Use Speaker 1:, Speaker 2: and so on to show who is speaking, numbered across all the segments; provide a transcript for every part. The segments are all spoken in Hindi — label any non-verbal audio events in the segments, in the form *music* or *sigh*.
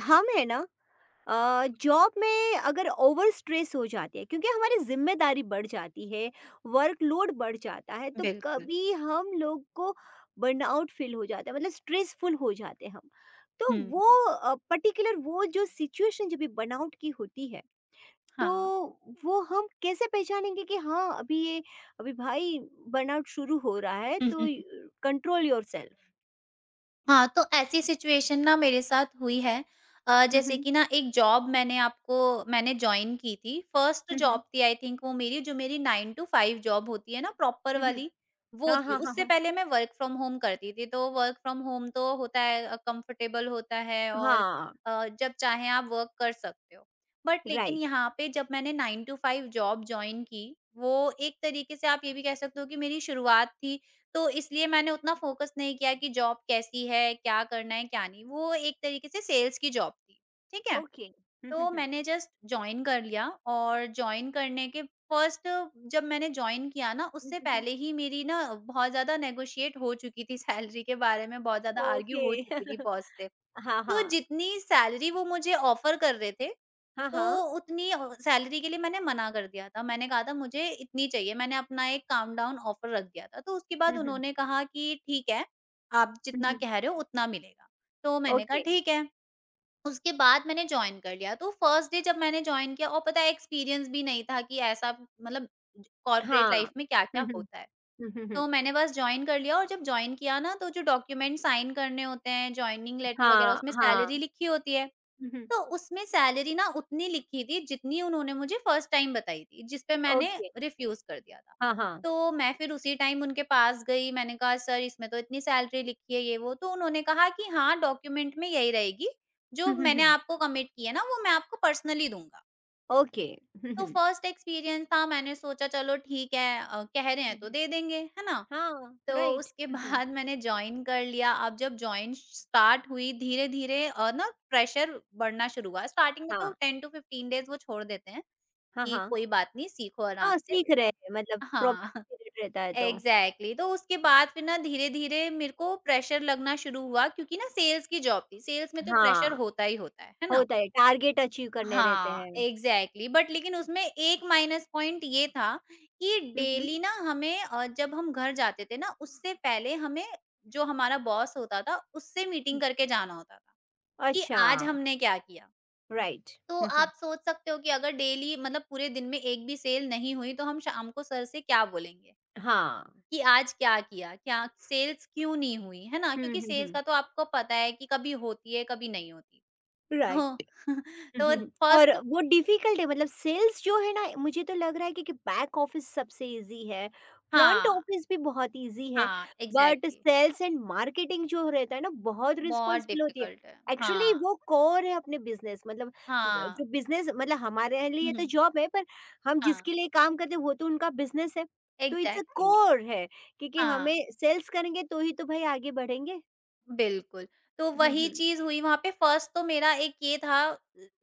Speaker 1: हम है ना। जॉब में अगर ओवर स्ट्रेस हो जाती है क्योंकि हमारी जिम्मेदारी बढ़ जाती है, वर्कलोड बढ़ जाता है, तो
Speaker 2: बिल्कुल।
Speaker 1: कभी हम लोग को बर्नआउट फील हो जाता है। मतलब स्ट्रेसफुल हो जाते हैं हम। तो
Speaker 2: हुँ,
Speaker 1: वो जो सिचुएशन जब भी बर्नआउट की होती है, तो
Speaker 2: हाँ।
Speaker 1: वो हम कैसे पहचानेंगे कि हाँ अभी ये अभी भाई बर्नआउट शुरू हो रहा है,
Speaker 2: *laughs* हुँ,
Speaker 1: तो
Speaker 2: हुँ।
Speaker 1: Control your self.
Speaker 2: हाँ, तो ऐसी सिचुएशन ना मेरे साथ हुई है जैसे
Speaker 1: हम्म,
Speaker 2: कि ना एक जॉब मैंने जॉइन की थी। फर्स्ट
Speaker 1: हम्म
Speaker 2: जॉब थी आई थिंक वो मेरी जो मेरी 9 टू 5 जॉब होती है ना प्रॉपर
Speaker 1: हम्म हम्म,
Speaker 2: वाली, वो
Speaker 1: हाँ
Speaker 2: थी।
Speaker 1: हाँ हाँ
Speaker 2: उससे
Speaker 1: हाँ
Speaker 2: पहले मैं वर्क फ्रॉम होम करती थी, तो वर्क फ्रॉम होम तो होता है कंफर्टेबल होता है और
Speaker 1: हाँ।
Speaker 2: जब चाहें आप वर्क कर सकते हो। बट लेकिन
Speaker 1: राइट।
Speaker 2: यहाँ पे जब मैंने 9 टू 5 जॉब जॉइन की, वो एक तरीके से आप ये भी कह सकते हो कि मेरी शुरुआत थी। तो इसलिए मैंने उतना फ़ोकस नहीं किया कि जॉब कैसी है, क्या करना है, क्या नहीं। वो एक तरीके से सेल्स की जॉब थी। ठीक है?
Speaker 1: ओके। *laughs* हुँ, हुँ,
Speaker 2: तो
Speaker 1: हुँ।
Speaker 2: मैंने जस्ट जॉइन कर लिया और जॉइन करने के फर्स्ट जब मैंने जॉइन किया ना,
Speaker 1: हुँ,
Speaker 2: उससे
Speaker 1: हुँ, हुँ।
Speaker 2: पहले ही मेरी ना बहुत ज़्यादा नेगोशिएट हो चुकी थी *laughs* सैलरी के बारे में, बहुत ज़्यादा आर्ग्यू
Speaker 1: ओके।
Speaker 2: हो चुकी थी
Speaker 1: *laughs*
Speaker 2: बॉस से।
Speaker 1: हाँ,
Speaker 2: तो
Speaker 1: हाँ।
Speaker 2: जितनी सैलरी वो मुझे ऑफ़र कर रहे थे,
Speaker 1: हाँ,
Speaker 2: तो
Speaker 1: हाँ।
Speaker 2: उतनी सैलरी के लिए मैंने मना कर दिया था। मैंने कहा था मुझे इतनी चाहिए, मैंने अपना एक काम डाउन ऑफ़र रख दिया था। तो उसके
Speaker 1: हुँ,
Speaker 2: बाद
Speaker 1: हुँ।
Speaker 2: उन्होंने कहा कि ठीक है, आप
Speaker 1: हुँ,
Speaker 2: जितना
Speaker 1: हुँ।
Speaker 2: कह रहे हो उतना मिलेगा। तो मैंने कहा
Speaker 1: ओके।
Speaker 2: ठीक है, उसके बाद मैंने जॉइन कर लिया। तो फर्स्ट डे जब मैंने जॉइन किया और पता है एक्सपीरियंस भी नहीं था कि ऐसा मतलब कॉर्पोरेट
Speaker 1: हाँ।
Speaker 2: लाइफ़ में
Speaker 1: हुँ,
Speaker 2: क्या-क्या
Speaker 1: हुँ।
Speaker 2: होता है।
Speaker 1: हुँ, हुँ, हुँ।
Speaker 2: तो मैंने बस जॉइन कर लिया और जब जॉइन किया ना, तो जो डॉक्यूमेंट साइन करने होते हैं, जॉइनिंग लेटर वगैरह
Speaker 1: हाँ,
Speaker 2: उसमें
Speaker 1: हाँ।
Speaker 2: सैलरी लिखी होती है।
Speaker 1: हुँ, हुँ।
Speaker 2: तो उसमें सैलरी ना उतनी लिखी थी जितनी उन्होंने मुझे फर्स्ट टाइम बताई थी, जिस पे मैंने
Speaker 1: ओके।
Speaker 2: रिफ्यूज़ कर दिया था।
Speaker 1: हाँ, हाँ।
Speaker 2: तो मैं फिर उसी टाइम उनके पास गई, मैंने कहा सर इसमें तो इतनी सैलरी लिखी है, ये वो। तो उन्होंने कहा कि हाँ, डॉक्यूमेंट में यही रहेगी,
Speaker 1: हुँ,
Speaker 2: जो
Speaker 1: हुँ,
Speaker 2: मैंने
Speaker 1: हुँ।
Speaker 2: आपको कमिट की है ना वो मैं आपको पर्सनली दूँगा।
Speaker 1: ओके। हुँ,
Speaker 2: तो
Speaker 1: हुँ।
Speaker 2: फर्स्ट एक्सपीरियंस था, मैंने सोचा चलो ठीक है कह रहे हैं
Speaker 1: हुँ,
Speaker 2: तो
Speaker 1: हुँ।
Speaker 2: दे देंगे, है ना?
Speaker 1: हाँ,
Speaker 2: तो
Speaker 1: राइट।
Speaker 2: उसके
Speaker 1: हुँ, हुँ।
Speaker 2: बाद मैंने जॉइन कर लिया। अब जब जॉइन स्टार्ट हुई धीरे-धीरे ना प्रेशर बढ़ना शुरू हुआ। स्टार्टिंग में तो
Speaker 1: हाँ।
Speaker 2: 10 टू 15 डेज़ वो छोड़ देते हैं
Speaker 1: हाँ,
Speaker 2: कि
Speaker 1: हाँ।
Speaker 2: कोई बात नहीं सीखो आराम
Speaker 1: हाँ,
Speaker 2: से।
Speaker 1: सीख रहे हैं, मतलब
Speaker 2: हाँ,
Speaker 1: प्रॉब्लम पीरियड रहता है तो।
Speaker 2: एग्ज़ैक्टली। तो उसके बाद फिर ना धीरे-धीरे मेरे को प्रेशर लगना शुरू हुआ क्योंकि ना सेल्स की जॉब थी। सेल्स में तो प्रेशर
Speaker 1: हाँ,
Speaker 2: होता ही होता है ना?
Speaker 1: होता है, टारगेट अचीव करने रहते
Speaker 2: हाँ,
Speaker 1: हैं।
Speaker 2: एग्ज़ैक्टली। बट लेकिन उसमें एक माइनस पॉइंट ये था कि
Speaker 1: हुँ, हुँ।
Speaker 2: डेली ना हमें जब हम घर जाते थे ना उससे पहले हमें जो हमारा बॉस होता था उससे
Speaker 1: हुँ।
Speaker 2: मीटिंग करके जाना होता था, कि
Speaker 1: अच्छा,
Speaker 2: आज हमने क्या किया।
Speaker 1: राइट।
Speaker 2: तो
Speaker 1: हुँ, हुँ।
Speaker 2: आप सोच सकते हो कि अगर डेली मतलब पूरे दिन में एक भी सेल नहीं हुई तो हम शाम को सर से क्या बोलेंगे,
Speaker 1: हाँ।
Speaker 2: कि आज क्या किया? क्या सेल्स क्यों नहीं हुई, है ना?
Speaker 1: *laughs* हुँ,
Speaker 2: क्योंकि
Speaker 1: हुँ,
Speaker 2: सेल्स
Speaker 1: हुँ।
Speaker 2: का तो आपको पता है कि कभी होती है, कभी नहीं होती।
Speaker 1: राइट।
Speaker 2: तो *laughs*
Speaker 1: हुँ,
Speaker 2: तो
Speaker 1: हुँ, हुँ। और
Speaker 2: फर्स्ट
Speaker 1: वो डिफ़िकल्ट है, मतलब सेल्स जो है ना, मुझे तो लग रहा है कि बैक ऑफ़िस सबसे ईज़ी है, फ्रंट
Speaker 2: हाँ।
Speaker 1: ऑफ़िस भी बहुत ईज़ी है,
Speaker 2: हाँ,
Speaker 1: but
Speaker 2: exactly.
Speaker 1: Sales and marketing जो रहता है ना, बहुत
Speaker 2: बहुत
Speaker 1: रिस्पॉन्सिबल होती है।
Speaker 2: डिफ़िकल्ट है।
Speaker 1: एक्चुअली
Speaker 2: हाँ,
Speaker 1: वो कोर है अपने बिज़नेस मतलब ज
Speaker 2: हाँ।
Speaker 1: जो बिज़नेस, मतलब हमारे लिए तो
Speaker 2: हुँ,
Speaker 1: जॉब है, पर हम
Speaker 2: हाँ,
Speaker 1: जिसके लिए काम करते हैं वो तो उनका बिज़नेस है। तो इट्स अ
Speaker 2: एग्ज़ैक्टली।
Speaker 1: कोर है, क्योंकि
Speaker 2: हाँ,
Speaker 1: हमें सेल्स करेंगे तो ही तो भई आगे बढ़ेंगे।
Speaker 2: बिल्कुल। तो
Speaker 1: हुँ,
Speaker 2: वही
Speaker 1: हुँ।
Speaker 2: चीज़ हुई वहाँ पे। फर्स्ट तो मेरा एक ये था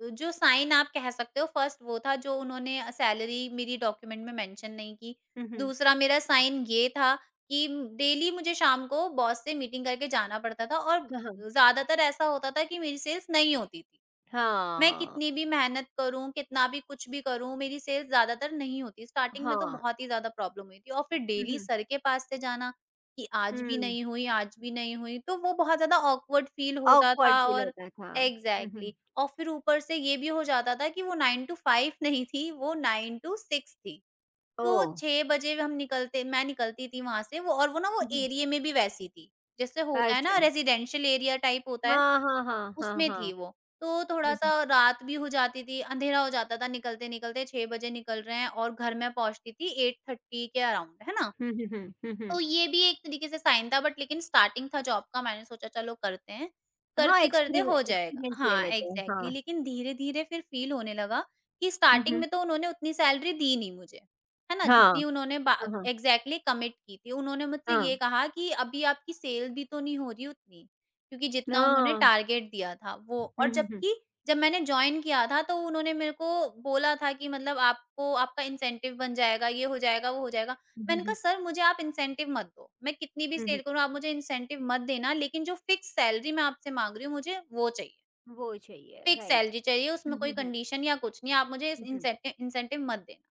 Speaker 2: जो साइन आप कह सकते हो फर्स्ट, वो था जो उन्होंने सैलरी मेरी डॉक्यूमेंट में मेंशन नहीं की।
Speaker 1: हुँ, हुँ।
Speaker 2: दूसरा मेरा साइन ये था कि डेली मुझे शाम को बॉस से मीटिंग करके जाना पड़ता था और
Speaker 1: हाँ, हाँ।
Speaker 2: ज़्यादातर ऐसा होता था कि मेरी सेल्स नहीं होती थी। मैं
Speaker 1: हाँ,
Speaker 2: कितनी भी मेहनत करूँ, कितना भी कुछ भी करूँ, मेरी सेल्स ज़्यादातर नहीं होती। स्टार्टिंग में तो
Speaker 1: हाँ।
Speaker 2: बहुत ही ज़्यादा प्रॉब्लम हुई थी और फिर
Speaker 1: हुँ,
Speaker 2: डेली
Speaker 1: हुँ।
Speaker 2: सर के पास से जाना कि आज भी
Speaker 1: हुँ।
Speaker 2: नहीं हुई, आज भी नहीं हुई, तो वो बहुत ज़्यादा ऑकवर्ड फील होता था
Speaker 1: ऑकवर्ड फ़ील
Speaker 2: और
Speaker 1: होता था। हुँ, हुँ।
Speaker 2: एग्ज़ैक्टली। और फिर ऊपर से ये भी हो जाता था कि वो 9 टू 5 नहीं थी, वो 9 टू 6 थी। तो
Speaker 1: ओह!
Speaker 2: 6 बजे हम निकलते मैं निकलती थी वहाँ से। वो और वो ना वो
Speaker 1: हुँ, हुँ।
Speaker 2: एरिये में भी वैसी थी। जैसे होता है ना
Speaker 1: अच्छा।
Speaker 2: रेज़िडेंशियल एरिया टाइप होता है।
Speaker 1: हाँ, हाँ, हाँ, हाँ,
Speaker 2: उसमें
Speaker 1: हाँ।
Speaker 2: थी वो। तो
Speaker 1: हुँ, हुँ।
Speaker 2: थोड़ा-सा रात भी हो जाती थी, अंधेरा हो जाता था, निकलते-निकलते 6 बजे निकल रहे हैं और घर मैं पहुँचती थी 8:30 के अराउंड, है ना?
Speaker 1: हुँ, हुँ, हुँ, हुँ, हुँ।
Speaker 2: तो ये भी एक तरीके से साइन था बट लेकिन स्टार्टिंग था जॉब का, मैंने सोचा चलो करते हैं,
Speaker 1: हाँ,
Speaker 2: करते-करते
Speaker 1: एक्सपेरिमे
Speaker 2: हो जाएगा।
Speaker 1: एक्सपीरियंस ले
Speaker 2: हाँ,
Speaker 1: लेते हैं।
Speaker 2: एग्ज़ैक्टली।
Speaker 1: हाँ।
Speaker 2: लेकिन धीरे-धीरे फिर फ़ील होने लगा कि
Speaker 1: हुँ,
Speaker 2: स्टार्टिंग
Speaker 1: हुँ।
Speaker 2: में तो उन्होंने उतनी सैलरी दी नहीं मुझे, है ना?
Speaker 1: हाँ।
Speaker 2: जितनी उन्होंने बा
Speaker 1: हाँ, हाँ,
Speaker 2: एग्ज़ैक्टली कमिट की थी। उन्होंने मुझसे
Speaker 1: हाँ,
Speaker 2: ये कहा कि अभी आपकी सेल भी तो नहीं हो रही उतनी, क्योंकि जितना उन्होंने
Speaker 1: हाँ।
Speaker 2: टारगेट दिया था वो।
Speaker 1: हुँ,
Speaker 2: और
Speaker 1: हुँ, हुँ।
Speaker 2: जबकि जब मैंने जॉइन किया था तो उन्होंने मेरे को बोला था कि मतलब आपको आपका इंसेंटिव बन जाएगा, ये हो जाएगा, वो हो जाएगा।
Speaker 1: हुँ, हुँ,
Speaker 2: मैंने कहा
Speaker 1: हुँ।
Speaker 2: सर मुझे आप इंसेंटिव मत दो, मैं कितनी भी
Speaker 1: हुँ, हुँ।
Speaker 2: सेल करूँ आप मुझे इंसेंटिव मत देना लेकिन जो फिक्स सैलरी मैं आपसे माँग रही हूँ मुझे वो चाहिए।
Speaker 1: वो चाहिए,
Speaker 2: फिक्स
Speaker 1: राइट।
Speaker 2: सैलरी चाहिए,
Speaker 1: हुँ,
Speaker 2: उसमें कोई
Speaker 1: हुँ, हुँ।
Speaker 2: कंडीशन या कुछ नहीं, आप मुझे इस
Speaker 1: हुँ, हुँ।
Speaker 2: इंसेंटिव मत देना।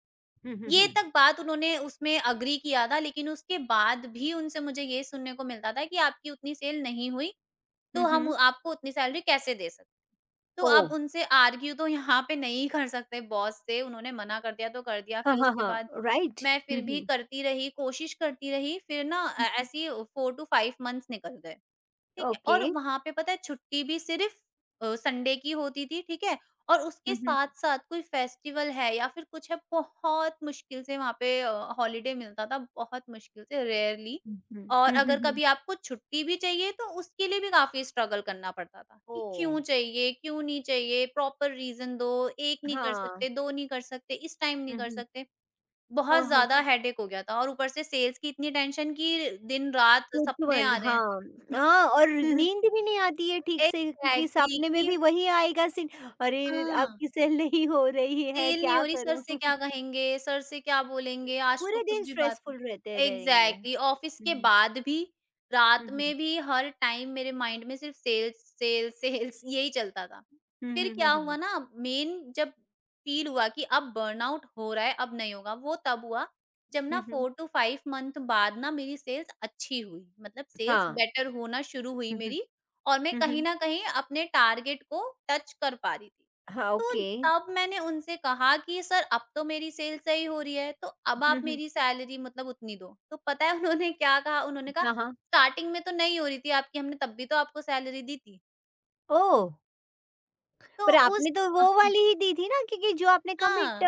Speaker 1: हुँ, हुँ,
Speaker 2: ये
Speaker 1: हुँ।
Speaker 2: तक बात उन्होंने उसमें एग्री किया था लेकिन उसके बाद भी उनसे मुझे ये सुनने को मिलता था कि आपकी उतनी सेल नहीं हुई,
Speaker 1: हुँ,
Speaker 2: तो हम
Speaker 1: हुँ।
Speaker 2: आपको उतनी सैलरी कैसे दे सकते। तो
Speaker 1: ओह!
Speaker 2: आप उनसे आर्ग्यू तो यहाँ पे नहीं कर सकते बॉस से, उन्होंने मना कर दिया तो कर दिया।
Speaker 1: हाँ,
Speaker 2: फिर
Speaker 1: हाँ,
Speaker 2: उसके बाद
Speaker 1: हाँ, राइट?
Speaker 2: मैं
Speaker 1: हुँ,
Speaker 2: फिर भी
Speaker 1: हुँ।
Speaker 2: करती रही, कोशिश करती रही, फिर ना
Speaker 1: हुँ, हुँ।
Speaker 2: ऐसी 4 टू 5 मंथ्स निकल गए। ठीक है?
Speaker 1: ओके।
Speaker 2: और वहाँ पे पता है छुट्टी भी सिर्फ़ संडे की होती थी, ठीक है? और
Speaker 1: हुँ,
Speaker 2: उसके
Speaker 1: हुँ।
Speaker 2: साथ-साथ कोई फेस्टिवल है या फिर कुछ है, बहुत मुश्किल से वहाँ पे हॉलिडे मिलता था, बहुत मुश्किल से, रेयरली।
Speaker 1: हुँ, हुँ।
Speaker 2: और
Speaker 1: हुँ, हुँ,
Speaker 2: अगर
Speaker 1: हुँ।
Speaker 2: कभी आपको छुट्टी भी चाहिए, तो उसके लिए भी काफ़ी स्ट्रगल करना पड़ता था कि
Speaker 1: ओह!
Speaker 2: क्यों चाहिए, क्यों नहीं चाहिए, प्रॉपर रीज़न दो, 1 नहीं कर
Speaker 1: हाँ।
Speaker 2: सकते, 2 नहीं कर सकते, इस टाइम नहीं
Speaker 1: हुँ,
Speaker 2: कर
Speaker 1: हुँ।
Speaker 2: सकते।
Speaker 1: हाँ,
Speaker 2: बहुत ज़्यादा
Speaker 1: हाँ।
Speaker 2: हेडेक हो गया था और ऊपर से सेल्स की इतनी टेंशन कि दिन-रात सपने आ
Speaker 1: पूछबंद
Speaker 2: रहे
Speaker 1: हाँ।
Speaker 2: हैं।
Speaker 1: हाँ, और नींद
Speaker 2: *laughs*
Speaker 1: भी नहीं आती है ठीक से, क्योंकि
Speaker 2: Exactly,
Speaker 1: सपने में
Speaker 2: ki
Speaker 1: भी वही आएगा सीन, अरे! अब
Speaker 2: ah.
Speaker 1: की सेल नहीं हो रही है,
Speaker 2: सेल नहीं
Speaker 1: क्या
Speaker 2: हो रही, सर
Speaker 1: करूँ?
Speaker 2: से क्या
Speaker 1: *laughs*
Speaker 2: कहेंगे, सर से क्या बोलेंगे, आज तो
Speaker 1: पूरे
Speaker 2: कुछ
Speaker 1: दिन
Speaker 2: भी बात
Speaker 1: स्ट्रेसफुल रहते
Speaker 2: नहीं
Speaker 1: रहेंगे।
Speaker 2: एग्ज़ैक्टली
Speaker 1: हुँ,
Speaker 2: ऑफ़िस के
Speaker 1: हुँ।
Speaker 2: बाद भी,
Speaker 1: हुँ,
Speaker 2: रात
Speaker 1: हुँ।
Speaker 2: में भी हर टाइम मेरे माइंड में सिर्फ़ सेल्स, सेल्स, सेल्स यही चलता था।
Speaker 1: हुँ,
Speaker 2: फिर
Speaker 1: हुँ, हुँ,
Speaker 2: क्या
Speaker 1: हुँ।
Speaker 2: हुआ ना, मेन जब फ़ील हुआ कि अब बर्नआउट हो रहा है, अब नहीं होगा, वो तब हुआ जब
Speaker 1: हुँ,
Speaker 2: ना
Speaker 1: हुँ।
Speaker 2: 4 टू 5 मंथ बाद ना मेरी सेल्स अच्छी हुई, मतलब सेल्स
Speaker 1: हाँ।
Speaker 2: बेटर होना शुरू हुई
Speaker 1: हुँ, हुँ।
Speaker 2: मेरी और मैं
Speaker 1: हुँ,
Speaker 2: कहीं
Speaker 1: हुँ।
Speaker 2: न कहीं अपने टारगेट को टच कर पा रही थी।
Speaker 1: हाँ,
Speaker 2: तो
Speaker 1: ओके।
Speaker 2: तब मैंने उनसे कहा कि सर अब तो मेरी सेल सही हो रही है, तो अब आप
Speaker 1: हुँ, हुँ।
Speaker 2: मेरी सैलरी मतलब उतनी दो। तो पता है *laughs* उन्होंने क्या कहा? उन्होंने कहा
Speaker 1: हाँ, हाँ।
Speaker 2: स्टार्टिंग में तो नहीं हो रही थी आपकी, हमने तब भी तो आपको सैलरी दी थी।
Speaker 1: ओह!
Speaker 2: तो
Speaker 1: पर
Speaker 2: उस
Speaker 1: आपने तो वो वाली ही दी थी ना, क्योंकि जो आपने कमिट
Speaker 2: हाँ,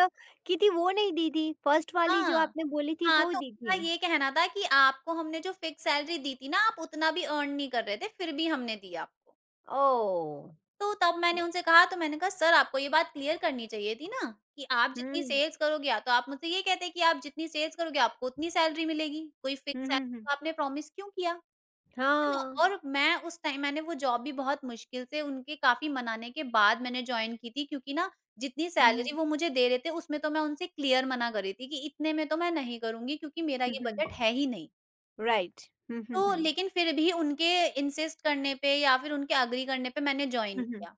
Speaker 1: की थी वो नहीं दी थी, फर्स्ट वाली जो
Speaker 2: हाँ,
Speaker 1: आपने बोली थी
Speaker 2: हाँ,
Speaker 1: वो
Speaker 2: तो
Speaker 1: दी
Speaker 2: उनका
Speaker 1: थी।
Speaker 2: ये कहना था कि आपको हमने जो फिक्स सैलरी दी थी ना, आप उतना भी अर्न नहीं कर रहे थे, फिर भी हमने दी आपको।
Speaker 1: ओह!
Speaker 2: तो तब
Speaker 1: हुँ।
Speaker 2: मैंने उनसे कहा, तो मैंने कहा सर आपको ये बात क्लियर करनी चाहिए थी ना कि आप जितनी सेल्स करोगे, या तो आप मुझसे ये कहते कि आप जितनी सेल्स करोगे आपको उतनी सैलरी मिलेगी, कोई
Speaker 1: हुँ,
Speaker 2: फिक्स
Speaker 1: हुँ,
Speaker 2: सैलरी
Speaker 1: हुँ।
Speaker 2: तो आपने प्रॉमिस क्यों किया, है ना?
Speaker 1: हाँ।
Speaker 2: और मैं उस टाइम मैंने वो जॉब भी बहुत मुश्किल से उनके काफ़ी मनाने के बाद मैंने जॉइन की थी क्योंकि ना जितनी
Speaker 1: हुँ, हुँ।
Speaker 2: सैलरी वो मुझे दे रहे थे उसमें तो मैं उनसे क्लियर मना कर रही थी कि इतने में तो मैं नहीं करूँगी क्योंकि मेरा
Speaker 1: हुँ,
Speaker 2: ये
Speaker 1: हुँ।
Speaker 2: बजट है ही नहीं।
Speaker 1: राइट। हुँ, हुँ,
Speaker 2: तो
Speaker 1: हुँ।
Speaker 2: लेकिन फिर भी उनके इंसिस्ट करने पे या फिर उनके एग्री करने पे मैंने जॉइन
Speaker 1: हुँ, हुँ।
Speaker 2: किया।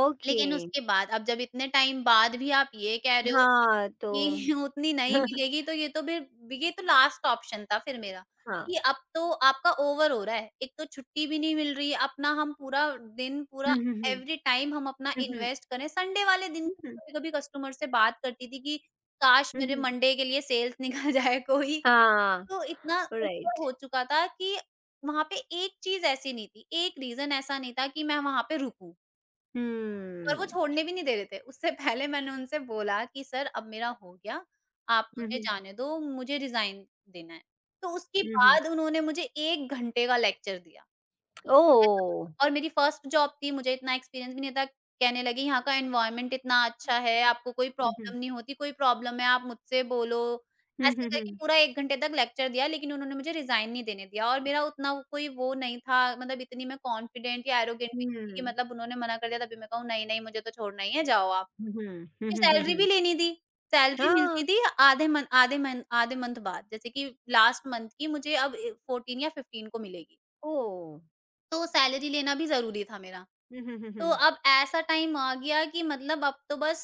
Speaker 1: ओके।
Speaker 2: लेकिन उसके बाद अब जब इतने टाइम बाद भी आप ये कह रहे हो
Speaker 1: हाँ, तो
Speaker 2: कि *laughs* उतनी नहीं
Speaker 1: *laughs*
Speaker 2: मिलेगी तो ये तो लास्ट ऑप्शन था फिर मेरा
Speaker 1: हाँ।
Speaker 2: कि अब तो आपका ओवर हो रहा है। एक तो छुट्टी भी नहीं मिल रही है, अपना हम पूरा दिन पूरा
Speaker 1: हुँ, हुँ, हुँ।
Speaker 2: एवरी टाइम हम अपना
Speaker 1: हुँ, हुँ।
Speaker 2: इन्वेस्ट करें। संडे वाले दिन
Speaker 1: हुँ, हुँ।
Speaker 2: कभी-कभी कस्टमर से बात करती थी कि काश
Speaker 1: हुँ,
Speaker 2: मेरे
Speaker 1: हुँ।
Speaker 2: मंडे के लिए सेल्स *laughs* निकल जाए कोई।
Speaker 1: हाँ,
Speaker 2: तो इतना ओवर
Speaker 1: राइट।
Speaker 2: हो चुका था कि वहाँ पे एक चीज़ ऐसी नहीं थी, एक रीज़न ऐसा नहीं था कि मैं वहाँ पे रुकूँ। और वो
Speaker 1: हम्म।
Speaker 2: छोड़ने भी नहीं दे रहे थे। उससे पहले मैंने उनसे बोला कि सर अब मेरा हो गया, आप
Speaker 1: हुँ,
Speaker 2: मुझे
Speaker 1: हुँ।
Speaker 2: जाने दो, मुझे रिज़ाइन देना है। तो उसके
Speaker 1: हुँ, हुँ।
Speaker 2: बाद उन्होंने मुझे 1 घंटे का लेक्चर दिया।
Speaker 1: ओह!
Speaker 2: और मेरी फर्स्ट जॉब थी, मुझे इतना एक्सपीरियंस भी नहीं था। कहने लगी यहाँ का एनवायरनमेंट इतना अच्छा है, आपको कोई
Speaker 1: हुँ, हुँ।
Speaker 2: प्रॉब्लम नहीं होती, कोई प्रॉब्लम है आप मुझसे बोलो।
Speaker 1: हुँ,
Speaker 2: ऐसे
Speaker 1: हुँ, हुँ।
Speaker 2: करके पूरा 1 घंटे तक लेक्चर दिया, लेकिन उन्होंने मुझे रिज़ाइन नहीं देने दिया और मेरा उतना वो कोई वो नहीं था, मतलब इतनी मैं कॉन्फिडेंट या एरोगेंट भी नहीं थी कि
Speaker 1: हुँ।
Speaker 2: मतलब उन्होंने मना कर दिया तभी मैं कहूँ नहीं-नहीं मुझे तो छोड़ना ही है, जाओ आप।
Speaker 1: हुँ, हुँ। हुँ,
Speaker 2: क्योंकि
Speaker 1: हुँ, हुँ,
Speaker 2: सैलरी
Speaker 1: हुँ।
Speaker 2: भी लेनी थी, सैलरी मिलती
Speaker 1: हाँ,
Speaker 2: थी आधे मंथ बाद, जैसे कि लास्ट मंथ की मुझे अब ए 14 या 15 को मिलेगी।
Speaker 1: ओह!
Speaker 2: तो सैलरी लेना भी ज़रूरी था मेरा।
Speaker 1: हुँ, हुँ, हुँ,
Speaker 2: तो
Speaker 1: हुँ।
Speaker 2: अब ऐसा टाइम आ गया कि मतलब अब तो बस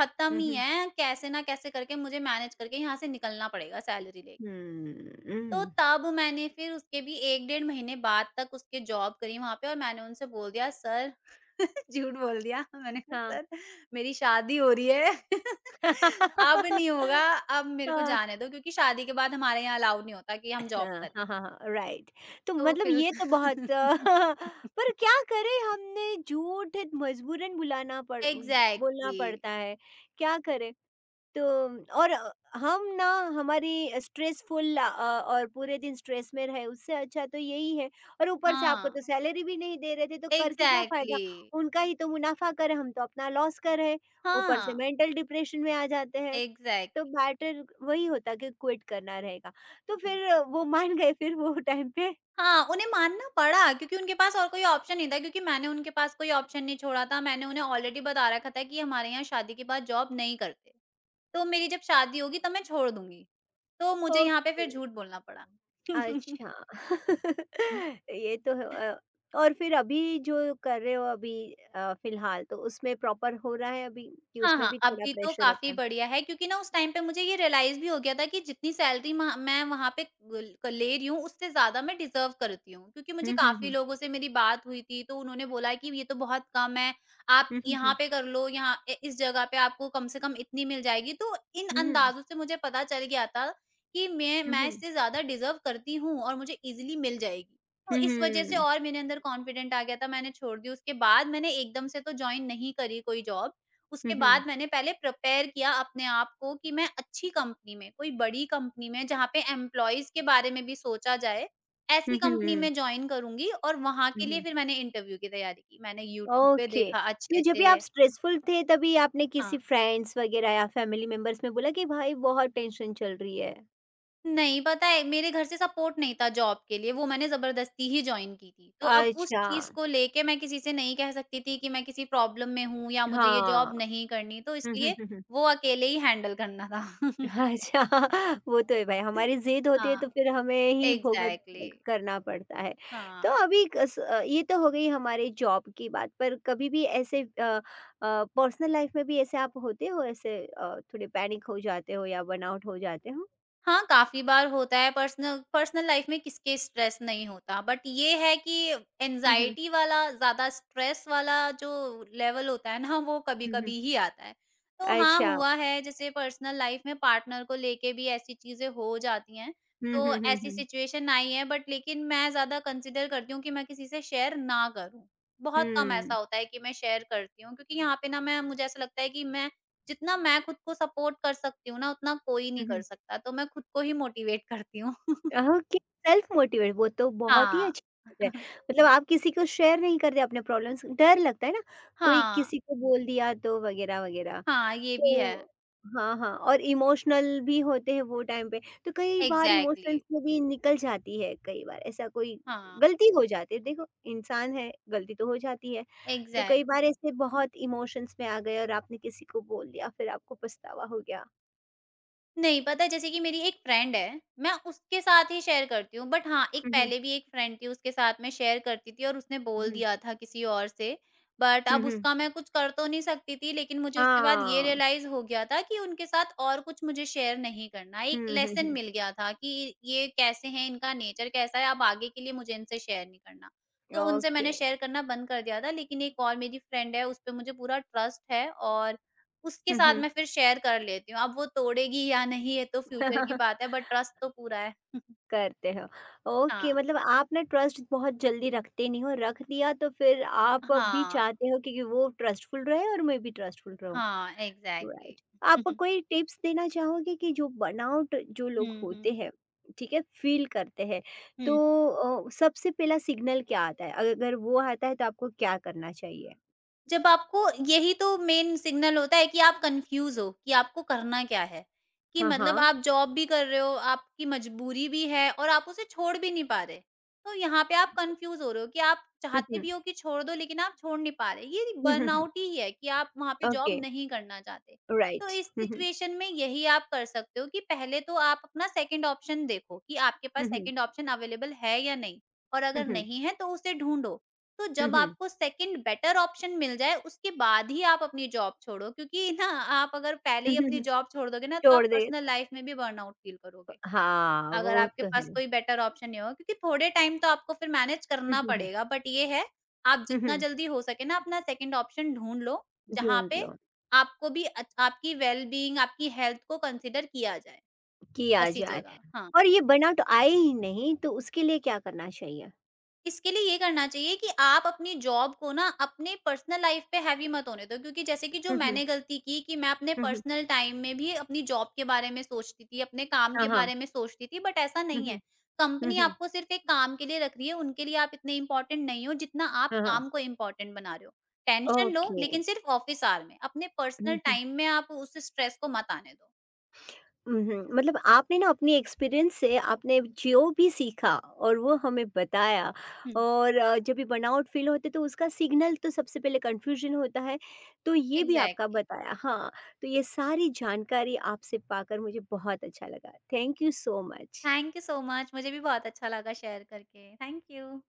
Speaker 2: खत्म
Speaker 1: हुँ,
Speaker 2: ही
Speaker 1: हुँ।
Speaker 2: है, कैसे ना कैसे करके मुझे मैनेज करके यहाँ से निकलना पड़ेगा सैलरी लेके।
Speaker 1: हुँ,
Speaker 2: तो
Speaker 1: हुँ।
Speaker 2: तब मैंने फिर उसके भी 1 डेढ़ महीने बाद तक उसके जॉब करी वहाँ पे और मैंने उनसे बोल दिया सर *laughs* झूठ बोल दिया, मैंने कहा
Speaker 1: हाँ।
Speaker 2: सर मेरी शादी हो रही है *laughs* अब नहीं होगा,
Speaker 1: *laughs*
Speaker 2: अब मेरे को
Speaker 1: हाँ।
Speaker 2: जाने दो क्योंकि शादी के बाद हमारे यहाँ अलाउ नहीं होता कि हम जॉब
Speaker 1: हाँ,
Speaker 2: करें।
Speaker 1: हाँ, हाँ, हाँ, राइट। तो
Speaker 2: तो
Speaker 1: मतलब
Speaker 2: फिर उस
Speaker 1: ये तो बहुत
Speaker 2: *laughs*
Speaker 1: *laughs* पर क्या करें, हमने झूठ मजबूरन बुलाना पड़ बोलना
Speaker 2: एग्ज़ैक्टली।
Speaker 1: पड़ता है, क्या करें। तो और हम ना, हमारी स्ट्रेसफुल और पूरे दिन स्ट्रेस में रहे, उससे अच्छा तो यही है। और ऊपर से आपको
Speaker 2: हाँ,
Speaker 1: तो सैलरी भी नहीं दे रहे थे, तो करके क्या फायदा।
Speaker 2: एग्ज़ैक्टली।
Speaker 1: उनका ही तो मुनाफा करें, हम तो अपना लॉस कर रहे हैं। ऊपर से
Speaker 2: हाँ,
Speaker 1: मेंटल डिप्रेशन में आ जाते हैं, तो
Speaker 2: एग्ज़ैक्टली।
Speaker 1: बेटर वही होता कि क्विट करना रहेगा। तो फिर
Speaker 2: बिल्कुल।
Speaker 1: वो मान गए फिर वो टाइम पे?
Speaker 2: हाँ, उन्हें मानना पड़ा क्योंकि उनके पास और कोई ऑप्शन नहीं था क्योंकि मैंने उनके पास कोई ऑप्शन नहीं छोड़ा था। मैंने उन्हें ऑलरेडी बता रखा था कि हमारे यहाँ शादी के बाद जॉब नहीं करते। तो मेरी जब शादी होगी तब मैं छोड़ दूँगी। तो मुझे यहाँ पे
Speaker 1: ओके।
Speaker 2: फिर झूठ बोलना पड़ा। *laughs*
Speaker 1: अच्छा। *laughs* ये तो है। अ, और फिर अभी जो कर रहे हो अभी, फिलहाल तो उसमें प्रॉपर हो रहा है अभी, कि
Speaker 2: हाँ,
Speaker 1: उसमें भी
Speaker 2: हाँ,
Speaker 1: थोड़ा
Speaker 2: अभी तो
Speaker 1: प्रेशर होता
Speaker 2: काफ़ी
Speaker 1: है?
Speaker 2: बढ़िया है क्योंकि ना उस टाइम पे मुझे ये रियलाइज़ भी हो गया था कि जितनी सैलरी मह मैं वहाँ पे गुल क ले रही हूँ, उससे ज़्यादा मैं डिज़र्व करती हूँ। क्योंकि
Speaker 1: हुँ,
Speaker 2: मुझे
Speaker 1: हुँ,
Speaker 2: काफ़ी
Speaker 1: हुँ।
Speaker 2: लोगों से मेरी बात हुई थी, तो उन्होंने बोला कि ये तो बहुत कम है, आप
Speaker 1: हुँ, हुँ,
Speaker 2: यहाँ
Speaker 1: हुँ।
Speaker 2: पे कर लो, यहाँ ए इस जगह पे आपको कम से कम इतनी मिल जाएगी। तो इन
Speaker 1: हुँ, हुँ।
Speaker 2: अंदाज़ों से मुझे पता चल गया था कि मैं
Speaker 1: हुँ,
Speaker 2: मैं
Speaker 1: हुँ।
Speaker 2: इससे ज़्यादा डिज़र्व करती हूँ और मुझे ईज़िली मिल जाएगी। तो
Speaker 1: हुँ,
Speaker 2: इस वज़ह से
Speaker 1: हुँ।
Speaker 2: और मेरे अंदर कॉन्फिडेंट आ गया था, मैंने छोड़ दी। उसके बाद मैंने एकदम से तो जॉइन नहीं करी कोई जॉब।
Speaker 1: हुँ,
Speaker 2: उसके
Speaker 1: हुँ।
Speaker 2: बाद मैंने पहले प्रिपेयर किया अपने आप को कि मैं अच्छी कंपनी में, कोई बड़ी कंपनी में जहाँ पे एम्प्लॉइज़ के बारे में भी सोचा जाए,
Speaker 1: हुँ,
Speaker 2: ऐसी कंपनी
Speaker 1: हुँ।
Speaker 2: में जॉइन करूँगी और वहाँ
Speaker 1: हुँ,
Speaker 2: के लिए
Speaker 1: हुँ।
Speaker 2: फिर मैंने इंटरव्यू की तैयारी की। मैंने यूट्यूब पे
Speaker 1: ओके।
Speaker 2: देखा अच्छे
Speaker 1: तो जब भी आप
Speaker 2: से।
Speaker 1: स्ट्रेसफुल थे, तभी आपने
Speaker 2: हाँ।
Speaker 1: किसी फ्रेंड्स वगैरह या फैमिली मेंबर्स में बोला कि भाई बहुत टेंशन चल रही है।
Speaker 2: नहीं, पता है मेरे घर से सपोर्ट नहीं था जॉब के लिए, वो मैंने ज़बरदस्ती ही जॉइन की थी। तो अब उस
Speaker 1: अच्छा,
Speaker 2: चीज़ को लेके मैं किसी से नहीं कह सकती थी कि मैं किसी प्रॉब्लम में हूँ या मुझे ये
Speaker 1: हाँ।
Speaker 2: जॉब नहीं करनी, तो
Speaker 1: हुँ, हुँ,
Speaker 2: इसलिए
Speaker 1: हुँ, हुँ।
Speaker 2: वो अकेले ही हैंडल करना था। *laughs*
Speaker 1: अच्छा। *laughs* वो तो है भाई, हमारी ज़िद होती है
Speaker 2: हाँ।
Speaker 1: तो फिर हमें ही भुगत
Speaker 2: एग्ज़ैक्टली।
Speaker 1: करना पड़ता है। तो
Speaker 2: हाँ।
Speaker 1: अभी ये तो हो गई हमारे जॉब की बात, पर कभी भी ऐसे पर्सनल लाइफ में भी ऐसे आप होते हो ऐसे, थोड़े पैनिक हो जाते हो या बर्नआउट हो जाते हो?
Speaker 2: हाँ, काफ़ी बार होता है पर्सनल पर्सनल लाइफ़ में, किसके स्ट्रेस नहीं होता, बट ये है कि
Speaker 1: हुँ, हुँ।
Speaker 2: एंग्ज़ायटी वाला, ज़्यादा स्ट्रेस वाला जो लेवल होता है ना, वो
Speaker 1: हुँ, हुँ।
Speaker 2: कभी-कभी ही आता है। तो हाँ,
Speaker 1: अच्छा।
Speaker 2: हुआ है, जैसे पर्सनल लाइफ़ में पार्टनर को लेके भी ऐसी चीज़ें हो जाती हैं,
Speaker 1: हुँ,
Speaker 2: तो
Speaker 1: हुँ, हुँ,
Speaker 2: ऐसी
Speaker 1: हुँ।
Speaker 2: सिचुएशन आई है बट लेकिन मैं ज़्यादा कंसिडर करती हूँ कि मैं किसी से शेयर ना करूँ। बहुत कम
Speaker 1: हुँ।
Speaker 2: ऐसा होता है कि मैं शेयर करती हूँ क्योंकि यहाँ पे ना मैं मुझे ऐसा लगता है कि मैं जितना मैं खुद को सपोर्ट कर सकती हूँ ना, उतना कोई नहीं
Speaker 1: हुँ,
Speaker 2: कर
Speaker 1: हुँ।
Speaker 2: सकता, तो मैं खुद को ही मोटिवेट करती हूँ। *laughs*
Speaker 1: ओके, सेल्फ मोटिवेट वो तो बहुत ही
Speaker 2: हाँ।
Speaker 1: अच्छी बात है।
Speaker 2: *laughs*
Speaker 1: मतलब आप किसी को शेयर नहीं करते अपने प्रॉब्लम्स, डर लगता है ना, कोई
Speaker 2: हाँ,
Speaker 1: किसी को बोल दिया तो वगैरह, वगैरह।
Speaker 2: हाँ, ये भी है।
Speaker 1: तो हाँ, हाँ, और इमोशनल भी होते हैं वो टाइम पे, तो कई बार
Speaker 2: एग्ज़ैक्टली।
Speaker 1: इमोशंस में भी निकल जाती है कई बार, ऐसा कोई
Speaker 2: हाँ,
Speaker 1: गलती हो जाती है। देखो इंसान है, गलती तो हो जाती है। तो कई बार
Speaker 2: एग्ज़ैक्टली।
Speaker 1: ऐसे बहुत इमोशंस में आ गए और आपने किसी को बोल दिया, फिर आपको पछतावा हो गया।
Speaker 2: नहीं, पता है जैसे कि मेरी एक फ्रेंड है, मैं उसके साथ ही शेयर करती हूँ, बट हाँ, एक
Speaker 1: हुँ, हुँ।
Speaker 2: पहले भी एक फ्रेंड थी, उसके साथ मैं शेयर करती थी और उसने बोल
Speaker 1: हुँ, हुँ।
Speaker 2: दिया था किसी और से। बट
Speaker 1: हुँ,
Speaker 2: अब
Speaker 1: हुँ।
Speaker 2: उसका मैं कुछ कर तो नहीं सकती थी, लेकिन मुझे उसके बाद ये
Speaker 1: हाँ।
Speaker 2: रियलाइज़ हो गया था कि उनके साथ और कुछ मुझे शेयर नहीं करना। एक
Speaker 1: हुँ, हुँ,
Speaker 2: लेसन
Speaker 1: हुँ।
Speaker 2: मिल गया था कि ये कैसे हैं, इनका नेचर कैसा है, अब आगे के लिए मुझे इनसे शेयर नहीं करना। तो उनसे
Speaker 1: ओके।
Speaker 2: मैंने शेयर करना बंद कर दिया था, लेकिन एक और मेरी फ्रेंड है, उस पे मुझे पूरा ट्रस्ट है और उसके
Speaker 1: हुँ,
Speaker 2: साथ
Speaker 1: हुँ।
Speaker 2: मैं फिर शेयर कर लेती हूँ। अब वो तोड़ेगी या नहीं ये तो फ्यूचर की बात
Speaker 1: *laughs*
Speaker 2: है, बट ट्रस्ट तो पूरा है। *laughs*
Speaker 1: करते हो। ओके,
Speaker 2: हाँ,
Speaker 1: मतलब आप ना ट्रस्ट बहुत जल्दी रखते नहीं हो, रख दिया तो फिर आप अब भी
Speaker 2: हाँ,
Speaker 1: चाहते हो कि वो ट्रस्टफुल रहे और मैं भी ट्रस्टफुल रहूँ।
Speaker 2: हाँ, एग्ज़ैक्टली।
Speaker 1: राइट। आप
Speaker 2: हुँ,
Speaker 1: कोई टिप्स देना चाहोगे कि जो बर्नआउट जो लोग
Speaker 2: हुँ,
Speaker 1: होते
Speaker 2: हुँ।
Speaker 1: हैं, ठीक है, फ़ील करते हैं, तो
Speaker 2: *laughs*
Speaker 1: सबसे पहला सिग्नल क्या आता है? अगर वो आता है तो आपको क्या करना चाहिए?
Speaker 2: जब आपको यही तो मेन सिग्नल होता है कि आप कन्फ्यूज़ हो कि आपको करना क्या है। कि
Speaker 1: हाँ,
Speaker 2: मतलब
Speaker 1: हाँ।
Speaker 2: आप जॉब भी कर रहे हो, आपकी मजबूरी भी है और आप उसे छोड़ भी नहीं पा रहे। तो यहाँ पे आप कन्फ्यूज़ हो रहे हो कि आप
Speaker 1: हुँ,
Speaker 2: चाहते
Speaker 1: हुँ।
Speaker 2: भी हो कि छोड़ दो, लेकिन आप छोड़ नहीं पा रहे। ये
Speaker 1: हुँ, हुँ, हुँ।
Speaker 2: बर्नआउट ही है कि आप वहाँ पे
Speaker 1: ओके,
Speaker 2: जॉब नहीं करना चाहते। तो
Speaker 1: राइट।
Speaker 2: इस
Speaker 1: हुँ, हुँ।
Speaker 2: सिचुएशन में यही आप कर सकते हो कि पहले तो आप अपना सेकंड ऑप्शन देखो कि आपके
Speaker 1: हुँ,
Speaker 2: पास
Speaker 1: हुँ।
Speaker 2: सेकंड ऑप्शन अवेलेबल है या नहीं? और अगर
Speaker 1: हुँ,
Speaker 2: नहीं है तो उसे ढूँढो। तो जब
Speaker 1: हुँ।
Speaker 2: आपको सेकंड बेटर ऑप्शन मिल जाए, उसके बाद ही आप अपनी जॉब छोड़ो क्योंकि *laughs* ना आप अगर पहले
Speaker 1: हुँ,
Speaker 2: ही अपनी
Speaker 1: हुँ।
Speaker 2: जॉब छोड़ दोगे ना, तो
Speaker 1: छोड़
Speaker 2: आप पर्सनल
Speaker 1: देता है।
Speaker 2: लाइफ में भी बर्नआउट फील करोगे।
Speaker 1: हाँ,
Speaker 2: अगर
Speaker 1: वो
Speaker 2: आपके
Speaker 1: तो
Speaker 2: पास
Speaker 1: है।
Speaker 2: कोई बेटर ऑप्शन नहीं होगा क्योंकि थोड़े टाइम तो आपको फिर मैनेज
Speaker 1: हुँ,
Speaker 2: करना
Speaker 1: हुँ, हुँ।
Speaker 2: पड़ेगा। बट ये है, आप
Speaker 1: हुँ,
Speaker 2: जितना
Speaker 1: हुँ।
Speaker 2: जल्दी हो सके ना अपना सेकंड ऑप्शन ढूँढ लो, जहाँ
Speaker 1: ढूँढ
Speaker 2: पे
Speaker 1: लो,
Speaker 2: आपको भी अच आपकी वेल-बीइंग, आपकी हेल्थ को कंसिडर किया जाए,
Speaker 1: किया
Speaker 2: ऐसी
Speaker 1: जाए।
Speaker 2: जगह। हाँ।
Speaker 1: और ये बर्नआउट आए ही नहीं तो उसके लिए क्या करना चाहिए?
Speaker 2: इसके लिए ये करना चाहिए कि आप अपनी जॉब को ना अपने पर्सनल लाइफ पे हैवी मत होने दो क्योंकि जैसे कि जो
Speaker 1: हुँ, हुँ।
Speaker 2: मैंने गलती की कि मैं अपने
Speaker 1: हुँ, हुँ।
Speaker 2: पर्सनल टाइम में भी अपनी जॉब के बारे में सोचती थी, अपने काम
Speaker 1: हाँ,
Speaker 2: के
Speaker 1: हाँ।
Speaker 2: बारे में सोचती थी, बट ऐसा
Speaker 1: हुँ,
Speaker 2: नहीं है।
Speaker 1: हुँ। हुँ,
Speaker 2: कंपनी
Speaker 1: हुँ।
Speaker 2: आपको सिर्फ़ एक काम के लिए रख रही है, उनके लिए आप इतने इम्पोर्टेंट नहीं हो जितना आप
Speaker 1: हाँ, हाँ।
Speaker 2: काम को इम्पोर्टेंट बना रहे हो। टेंशन लो
Speaker 1: ओके।
Speaker 2: लेकिन सिर्फ़ ऑफ़िस आवर में, अपने
Speaker 1: हुँ,
Speaker 2: पर्सनल
Speaker 1: हुँ।
Speaker 2: टाइम में आप उस स्ट्रेस को मत आने दो।
Speaker 1: उहुँ, मतलब आपने ना अपनी एक्सपीरियंस से आपने जो भी सीखा और वो हमें बताया,
Speaker 2: हुँ।
Speaker 1: और जब भी बर्नआउट फ़ील होते तो उसका सिग्नल तो सबसे पहले कन्फ्यूज़न होता है, तो ये भी आपका
Speaker 2: एग्ज़ैक्टली।
Speaker 1: बताया, हाँ। तो ये सारी जानकारी आपसे पाकर मुझे बहुत अच्छा लगा। Thank you so much.
Speaker 2: Thank you so much, मुझे भी बहुत अच्छा लगा शेयर करके। Thank you.